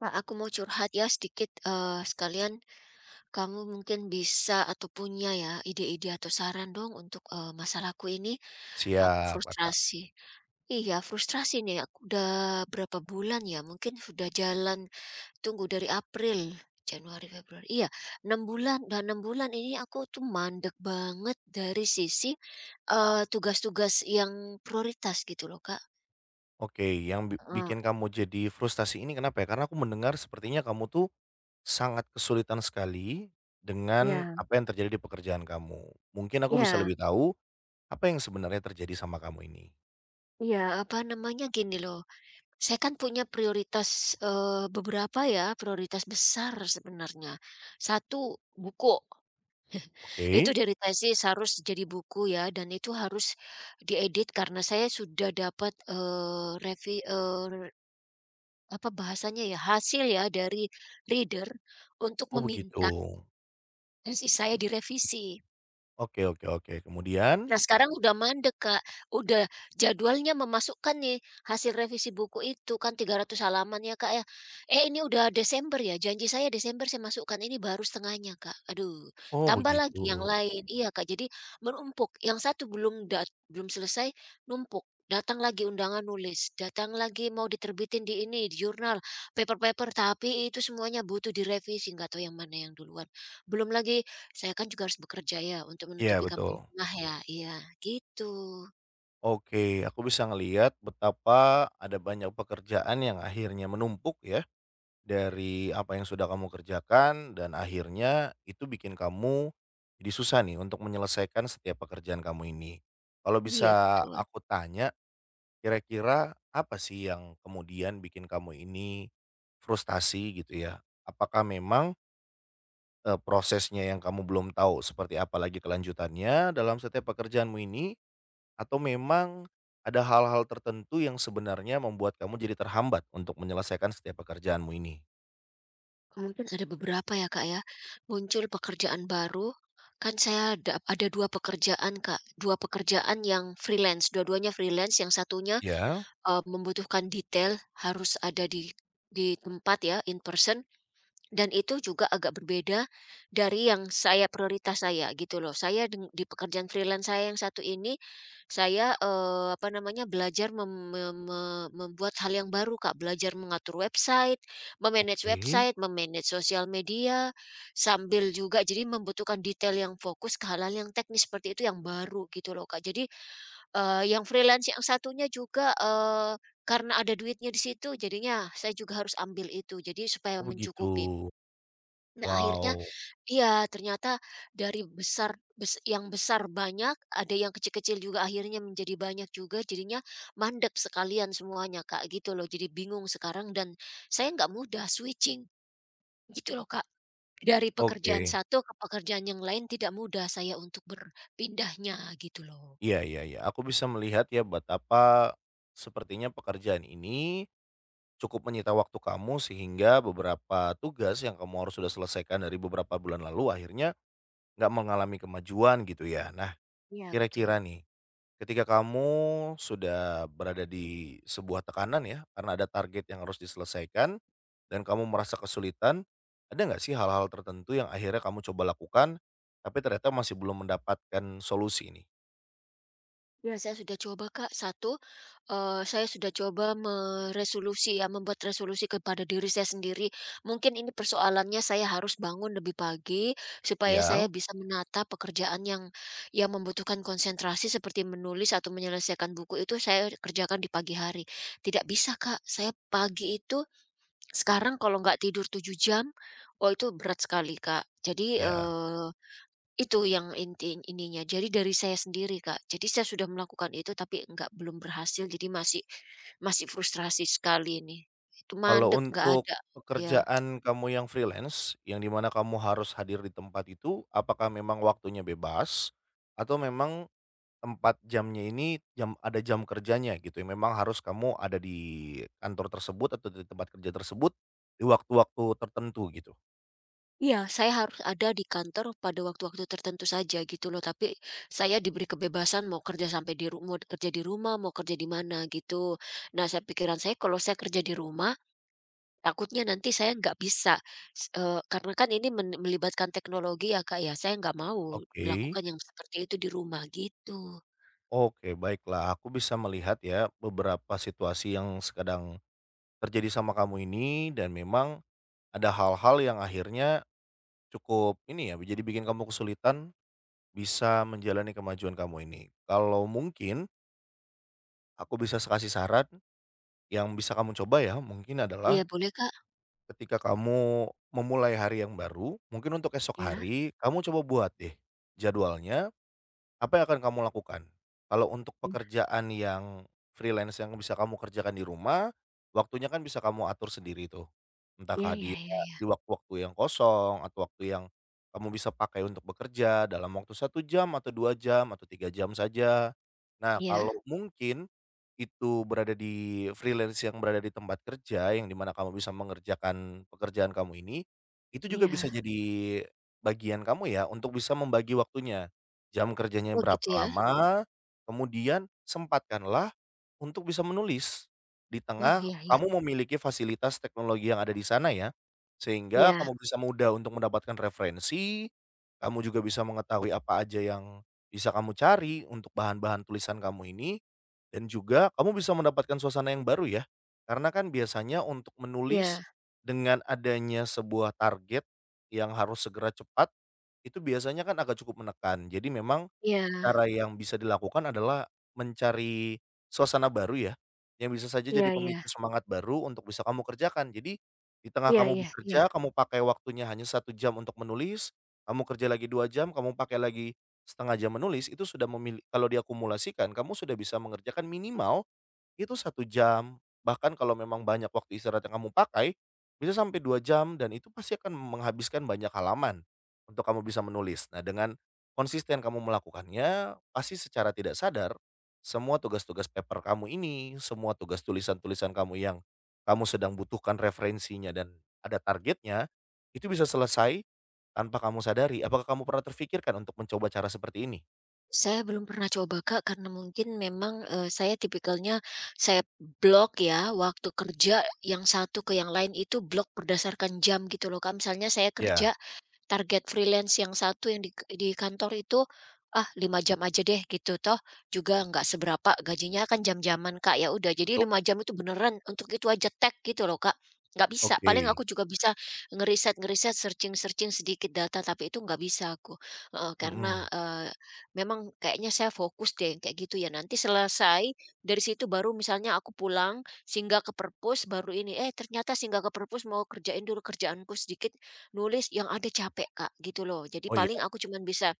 Kak, aku mau curhat ya sedikit, sekalian kamu mungkin bisa atau punya ya ide-ide atau saran dong untuk, masalahku ini. Aku Siap, Kakak. frustrasi. Iya frustrasi nih aku udah berapa bulan ya mungkin sudah jalan tunggu dari April, Januari, Februari, iya 6 bulan, udah 6 bulan ini aku tuh mandek banget dari sisi, tugas-tugas yang prioritas gitu loh, Kak. Oke, yang bi Heeh. bikin kamu jadi frustasi ini kenapa ya? Karena aku mendengar sepertinya kamu tuh sangat kesulitan sekali dengan Ya, apa yang terjadi di pekerjaan kamu. Mungkin aku bisa ya, lebih tahu apa yang sebenarnya terjadi sama kamu ini? iya, apa namanya, gini loh. Saya kan punya prioritas, beberapa ya, prioritas besar sebenarnya. Satu, buku. Itu Oke. dari tesis harus jadi buku ya, dan itu harus diedit karena saya sudah dapat, apa bahasanya ya, hasil ya dari reader untuk Oh, begitu. meminta tesis saya direvisi. Oke, oke, oke. Kemudian? Nah, sekarang udah mandek, Kak. Udah jadwalnya memasukkan nih hasil revisi buku itu, kan 300 halaman ya, Kak, ya. "Eh, ini udah Desember ya, janji saya Desember saya masukkan." Ini baru setengahnya, Kak. Aduh, Oh, tambah lagi yang begitu. lain. Iya, Kak, jadi menumpuk. Yang satu belum selesai, numpuk. Datang lagi undangan nulis, datang lagi mau diterbitin di ini, di jurnal, paper-paper, tapi itu semuanya butuh direvisi, nggak tahu yang mana yang duluan. Belum lagi saya kan juga harus bekerja ya untuk Iya, menutupi kampung betul. tengah ya, iya gitu. Oke, aku bisa ngelihat betapa ada banyak pekerjaan yang akhirnya menumpuk ya, dari apa yang sudah kamu kerjakan dan akhirnya itu bikin kamu jadi susah nih untuk menyelesaikan setiap pekerjaan kamu ini. Kalau Iya bisa betul, aku tanya, kira-kira apa sih yang kemudian bikin kamu ini frustasi gitu ya? Apakah memang, prosesnya yang kamu belum tahu seperti apa lagi kelanjutannya dalam setiap pekerjaanmu ini? Atau memang ada hal-hal tertentu yang sebenarnya membuat kamu jadi terhambat untuk menyelesaikan setiap pekerjaanmu ini? mungkin ada beberapa ya, Kak, ya, muncul pekerjaan baru, kan saya ada 2 pekerjaan, Kak, 2 pekerjaan yang freelance, dua-duanya freelance, yang satunya, Ya. Membutuhkan detail, harus ada di tempat ya, in person. Dan itu juga agak berbeda dari yang saya prioritas saya gitu loh. Saya di pekerjaan freelance saya yang satu ini, saya, apa namanya, belajar mem me me membuat hal yang baru, Kak. Belajar mengatur Oke. website, memanage sosial media, sambil juga jadi membutuhkan detail yang fokus ke hal-hal yang teknis seperti itu yang baru gitu loh, Kak. Jadi, yang freelance yang satunya juga, karena ada duitnya di situ jadinya saya juga harus ambil itu, jadi supaya Oh, begitu. mencukupi. Nah, akhirnya Wow, iya, ternyata dari besar bes yang besar banyak, ada yang kecil-kecil juga akhirnya menjadi banyak juga, jadinya mandek sekalian semuanya, Kak, gitu loh. Jadi bingung sekarang dan saya nggak mudah switching, gitu loh, Kak. Dari pekerjaan oke. satu ke pekerjaan yang lain tidak mudah saya untuk berpindahnya, gitu loh. Iya, iya, iya, aku bisa melihat ya betapa sepertinya pekerjaan ini cukup menyita waktu kamu sehingga beberapa tugas yang kamu harus sudah selesaikan dari beberapa bulan lalu akhirnya nggak mengalami kemajuan gitu ya. Nah, Iya, kira-kira betul. nih, ketika kamu sudah berada di sebuah tekanan ya, karena ada target yang harus diselesaikan dan kamu merasa kesulitan, ada nggak sih hal-hal tertentu yang akhirnya kamu coba lakukan, tapi ternyata masih belum mendapatkan solusi ini? Ya, saya sudah coba, Kak. Satu, saya sudah coba meresolusi ya, membuat resolusi kepada diri saya sendiri. Mungkin ini persoalannya saya harus bangun lebih pagi, supaya Ya, saya bisa menata pekerjaan yang membutuhkan konsentrasi seperti menulis atau menyelesaikan buku itu saya kerjakan di pagi hari. Tidak bisa, Kak, saya pagi itu sekarang kalau nggak tidur 7 jam, oh itu berat sekali, Kak. Jadi, ya. Itu yang inti ininya. Jadi dari saya sendiri, Kak. Jadi saya sudah melakukan itu tapi enggak belum berhasil jadi masih masih frustrasi sekali ini. Itu Kalau mandek, nggak untuk ada, ya. pekerjaan kamu yang freelance, yang dimana kamu harus hadir di tempat itu, apakah memang waktunya bebas atau memang tempat jamnya ini, jam ada jam kerjanya gitu ya, memang harus kamu ada di kantor tersebut atau di tempat kerja tersebut, di waktu-waktu tertentu gitu? Iya, saya harus ada di kantor pada waktu-waktu tertentu saja gitu loh, tapi saya diberi kebebasan mau kerja mau kerja di rumah, mau kerja di mana gitu. Nah, saya pikiran saya kalau saya kerja di rumah, takutnya nanti saya nggak bisa karena kan ini melibatkan teknologi ya, Kak, ya. Saya nggak mau Oke, melakukan yang seperti itu di rumah gitu. oke, baiklah, aku bisa melihat ya beberapa situasi yang sedang terjadi sama kamu ini dan memang ada hal-hal yang akhirnya cukup ini ya, jadi bikin kamu kesulitan bisa menjalani kemajuan kamu ini. Kalau mungkin aku bisa kasih saran yang bisa kamu coba ya mungkin Iya, adalah boleh, Kak? ketika kamu memulai hari yang baru, mungkin untuk esok Iya. hari kamu coba buat deh jadwalnya, apa yang akan kamu lakukan? Kalau untuk pekerjaan yang freelance yang bisa kamu kerjakan di rumah, waktunya kan bisa kamu atur sendiri tuh. Iya, Entahkah iya, dia iya, iya. di waktu-waktu yang kosong atau waktu yang kamu bisa pakai untuk bekerja dalam waktu satu jam atau 2 jam atau 3 jam saja. Nah, Iya, kalau mungkin itu berada di freelance yang berada di tempat kerja yang dimana kamu bisa mengerjakan pekerjaan kamu ini, itu juga bisa iya. jadi bagian kamu ya untuk bisa membagi waktunya. Jam kerjanya Oh, berapa gitu ya. lama, kemudian sempatkanlah untuk bisa menulis. Di Oh, tengah iya, iya. kamu memiliki fasilitas teknologi yang ada di sana ya, sehingga Iya, kamu bisa mudah untuk mendapatkan referensi, kamu juga bisa mengetahui apa aja yang bisa kamu cari untuk bahan-bahan tulisan kamu ini, dan juga kamu bisa mendapatkan suasana yang baru ya. Karena kan biasanya untuk iya, menulis dengan adanya sebuah target yang harus segera cepat, itu biasanya kan agak cukup menekan. Jadi memang iya. cara yang bisa dilakukan adalah mencari suasana baru ya, yang bisa saja Iya, jadi iya. pemicu semangat baru untuk bisa kamu kerjakan. Jadi, di tengah Iya, kamu iya, iya. bekerja, kamu pakai waktunya hanya satu jam untuk menulis, kamu kerja lagi 2 jam, kamu pakai lagi setengah jam menulis, itu sudah kalau diakumulasikan, kamu sudah bisa mengerjakan minimal itu satu jam, bahkan kalau memang banyak waktu istirahat yang kamu pakai, bisa sampai 2 jam dan itu pasti akan menghabiskan banyak halaman untuk kamu bisa menulis. Nah, dengan konsisten kamu melakukannya, pasti secara tidak sadar semua tugas-tugas paper kamu ini, semua tugas tulisan-tulisan kamu yang kamu sedang butuhkan referensinya dan ada targetnya, itu bisa selesai tanpa kamu sadari. Apakah kamu pernah terfikirkan untuk mencoba cara seperti ini? Saya belum pernah coba, Kak, karena mungkin memang, saya tipikalnya saya blok ya, waktu kerja yang satu ke yang lain itu blok berdasarkan jam gitu loh, Kak. Misalnya saya kerja. Ya, Target freelance yang satu yang di kantor itu, ah 5 jam aja deh gitu, toh juga nggak seberapa gajinya kan jam-jaman, Kak, ya udah jadi betul. 5 jam itu beneran untuk itu aja tag gitu loh, Kak, nggak bisa. Paling Oke. aku juga bisa ngeriset-ngeriset, searching-searching sedikit data, tapi itu nggak bisa aku, heeh, karena, Mhm. Memang kayaknya saya fokus deh yang kayak gitu ya. Nanti selesai dari situ baru misalnya aku pulang, singgah ke perpus baru ini, eh ternyata singgah ke perpus mau kerjain dulu kerjaanku sedikit, nulis yang ada capek, Kak, gitu loh. Jadi Oh, iya, paling aku cuman bisa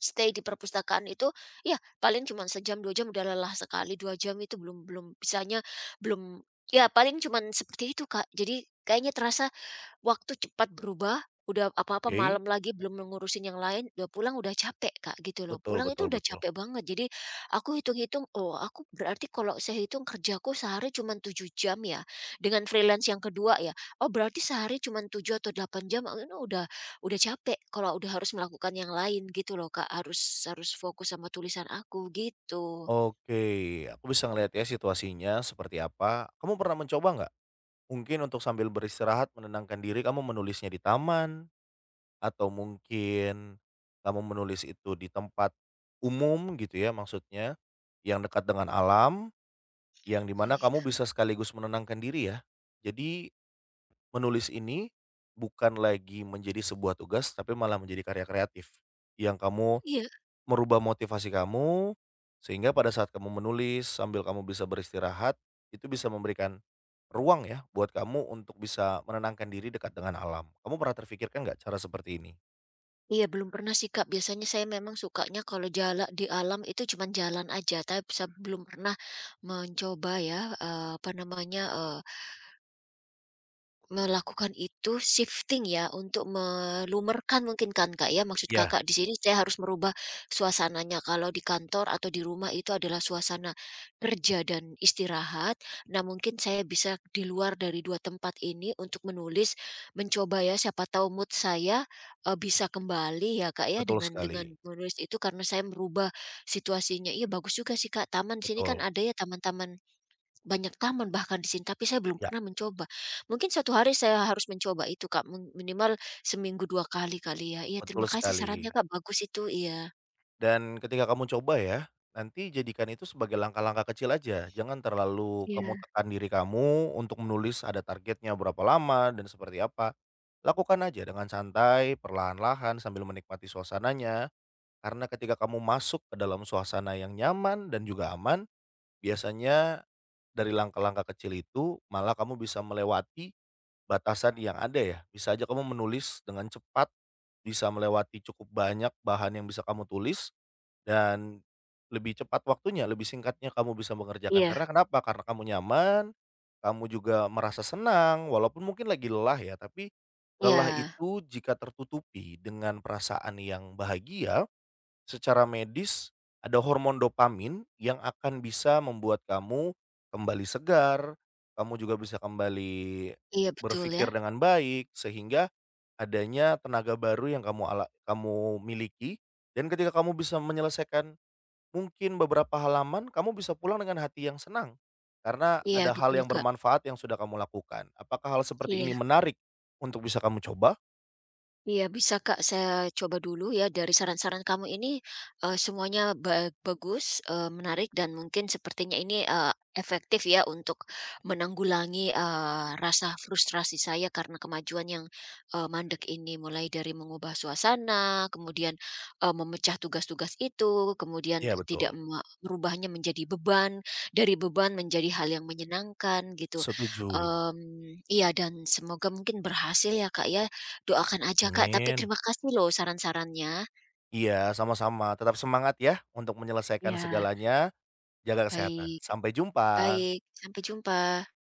stay di perpustakaan itu, ya paling cuman sejam, 2 jam udah lelah sekali, 2 jam itu belum belum bisanya belum ya paling cuman seperti itu, Kak. Jadi kayaknya terasa waktu cepat berubah, udah apa-apa oke. malam lagi belum ngurusin yang lain, udah pulang udah capek, Kak, gitu loh. Betul, Pulang itu betul, udah betul. capek banget. Jadi aku hitung-hitung, oh aku berarti kalau saya hitung kerjaku sehari cuma 7 jam ya, dengan freelance yang kedua ya. Oh berarti sehari cuma 7 atau 8 jam, ah, ini udah capek kalau udah harus melakukan yang lain gitu loh, Kak. Harus harus fokus sama tulisan aku gitu. Oke, aku bisa ngelihat ya situasinya seperti apa. Kamu pernah mencoba nggak? Mungkin untuk sambil beristirahat menenangkan diri kamu menulisnya di taman atau mungkin kamu menulis itu di tempat umum gitu ya maksudnya, yang dekat dengan alam, yang Oh, dimana iya. kamu bisa sekaligus menenangkan diri ya. Jadi menulis ini bukan lagi menjadi sebuah tugas tapi malah menjadi karya kreatif yang kamu Iya. merubah motivasi kamu, sehingga pada saat kamu menulis sambil kamu bisa beristirahat, itu bisa memberikan ruang ya buat kamu untuk bisa menenangkan diri dekat dengan alam. Kamu pernah terfikirkan nggak cara seperti ini? Iya, belum pernah sih, Kak. Biasanya saya memang sukanya kalau jalan di alam itu cuman jalan aja, tapi saya belum pernah mencoba ya, apa namanya, eh, melakukan itu shifting ya, untuk melumerkan mungkin kan, Kak, ya? Maksud Iya, Kakak di sini saya harus merubah suasananya. Kalau di kantor atau di rumah itu adalah suasana kerja dan istirahat. Nah, mungkin saya bisa di luar dari 2 tempat ini untuk menulis, mencoba ya, siapa tahu mood saya, bisa kembali ya, Kak, ya, betul dengan sekali, menulis itu karena saya merubah situasinya. Iya, bagus juga sih, Kak, taman, sini kan betul. ada ya taman-taman banyak taman bahkan di sini, tapi saya belum Ya, pernah mencoba. Mungkin suatu hari saya harus mencoba itu, Kak, minimal seminggu 2 kali kali ya. Iya, betul terima kasih sarannya, sekali. Kak, bagus itu, iya. Dan ketika kamu coba ya, nanti jadikan itu sebagai langkah-langkah kecil aja. Jangan terlalu kamu Iya. tekan diri kamu untuk menulis ada targetnya berapa lama dan seperti apa. Lakukan aja dengan santai, perlahan-lahan sambil menikmati suasananya. Karena ketika kamu masuk ke dalam suasana yang nyaman dan juga aman, biasanya dari langkah-langkah kecil itu malah kamu bisa melewati batasan yang ada ya. Bisa aja kamu menulis dengan cepat, bisa melewati cukup banyak bahan yang bisa kamu tulis dan lebih cepat waktunya, lebih singkatnya kamu bisa mengerjakan. Iya, Karena kenapa? Karena kamu nyaman, kamu juga merasa senang walaupun mungkin lagi lelah ya, tapi lelah iya, itu jika tertutupi dengan perasaan yang bahagia. Secara medis ada hormon dopamin yang akan bisa membuat kamu kembali segar, kamu juga bisa kembali iya, betul berpikir ya. dengan baik sehingga adanya tenaga baru yang kamu miliki dan ketika kamu bisa menyelesaikan mungkin beberapa halaman, kamu bisa pulang dengan hati yang senang karena Iya, ada hal betul, yang Kak. bermanfaat yang sudah kamu lakukan. Apakah hal seperti Iya. ini menarik untuk bisa kamu coba? Iya bisa, Kak, saya coba dulu ya dari saran-saran kamu ini, semuanya bagus, menarik dan mungkin sepertinya ini, efektif ya untuk menanggulangi, rasa frustrasi saya karena kemajuan yang, mandek ini. Mulai dari mengubah suasana, kemudian, memecah tugas-tugas itu, kemudian Ya, tidak betul. Merubahnya menjadi beban, dari beban menjadi hal yang menyenangkan gitu. Setuju. Iya dan semoga mungkin berhasil ya, Kak, ya, doakan aja, Kak, tapi Amin. terima kasih loh saran-sarannya. Iya, sama-sama. Tetap semangat ya untuk menyelesaikan Ya. segalanya. Jaga kesehatan. Baik, Sampai jumpa. baik, sampai jumpa.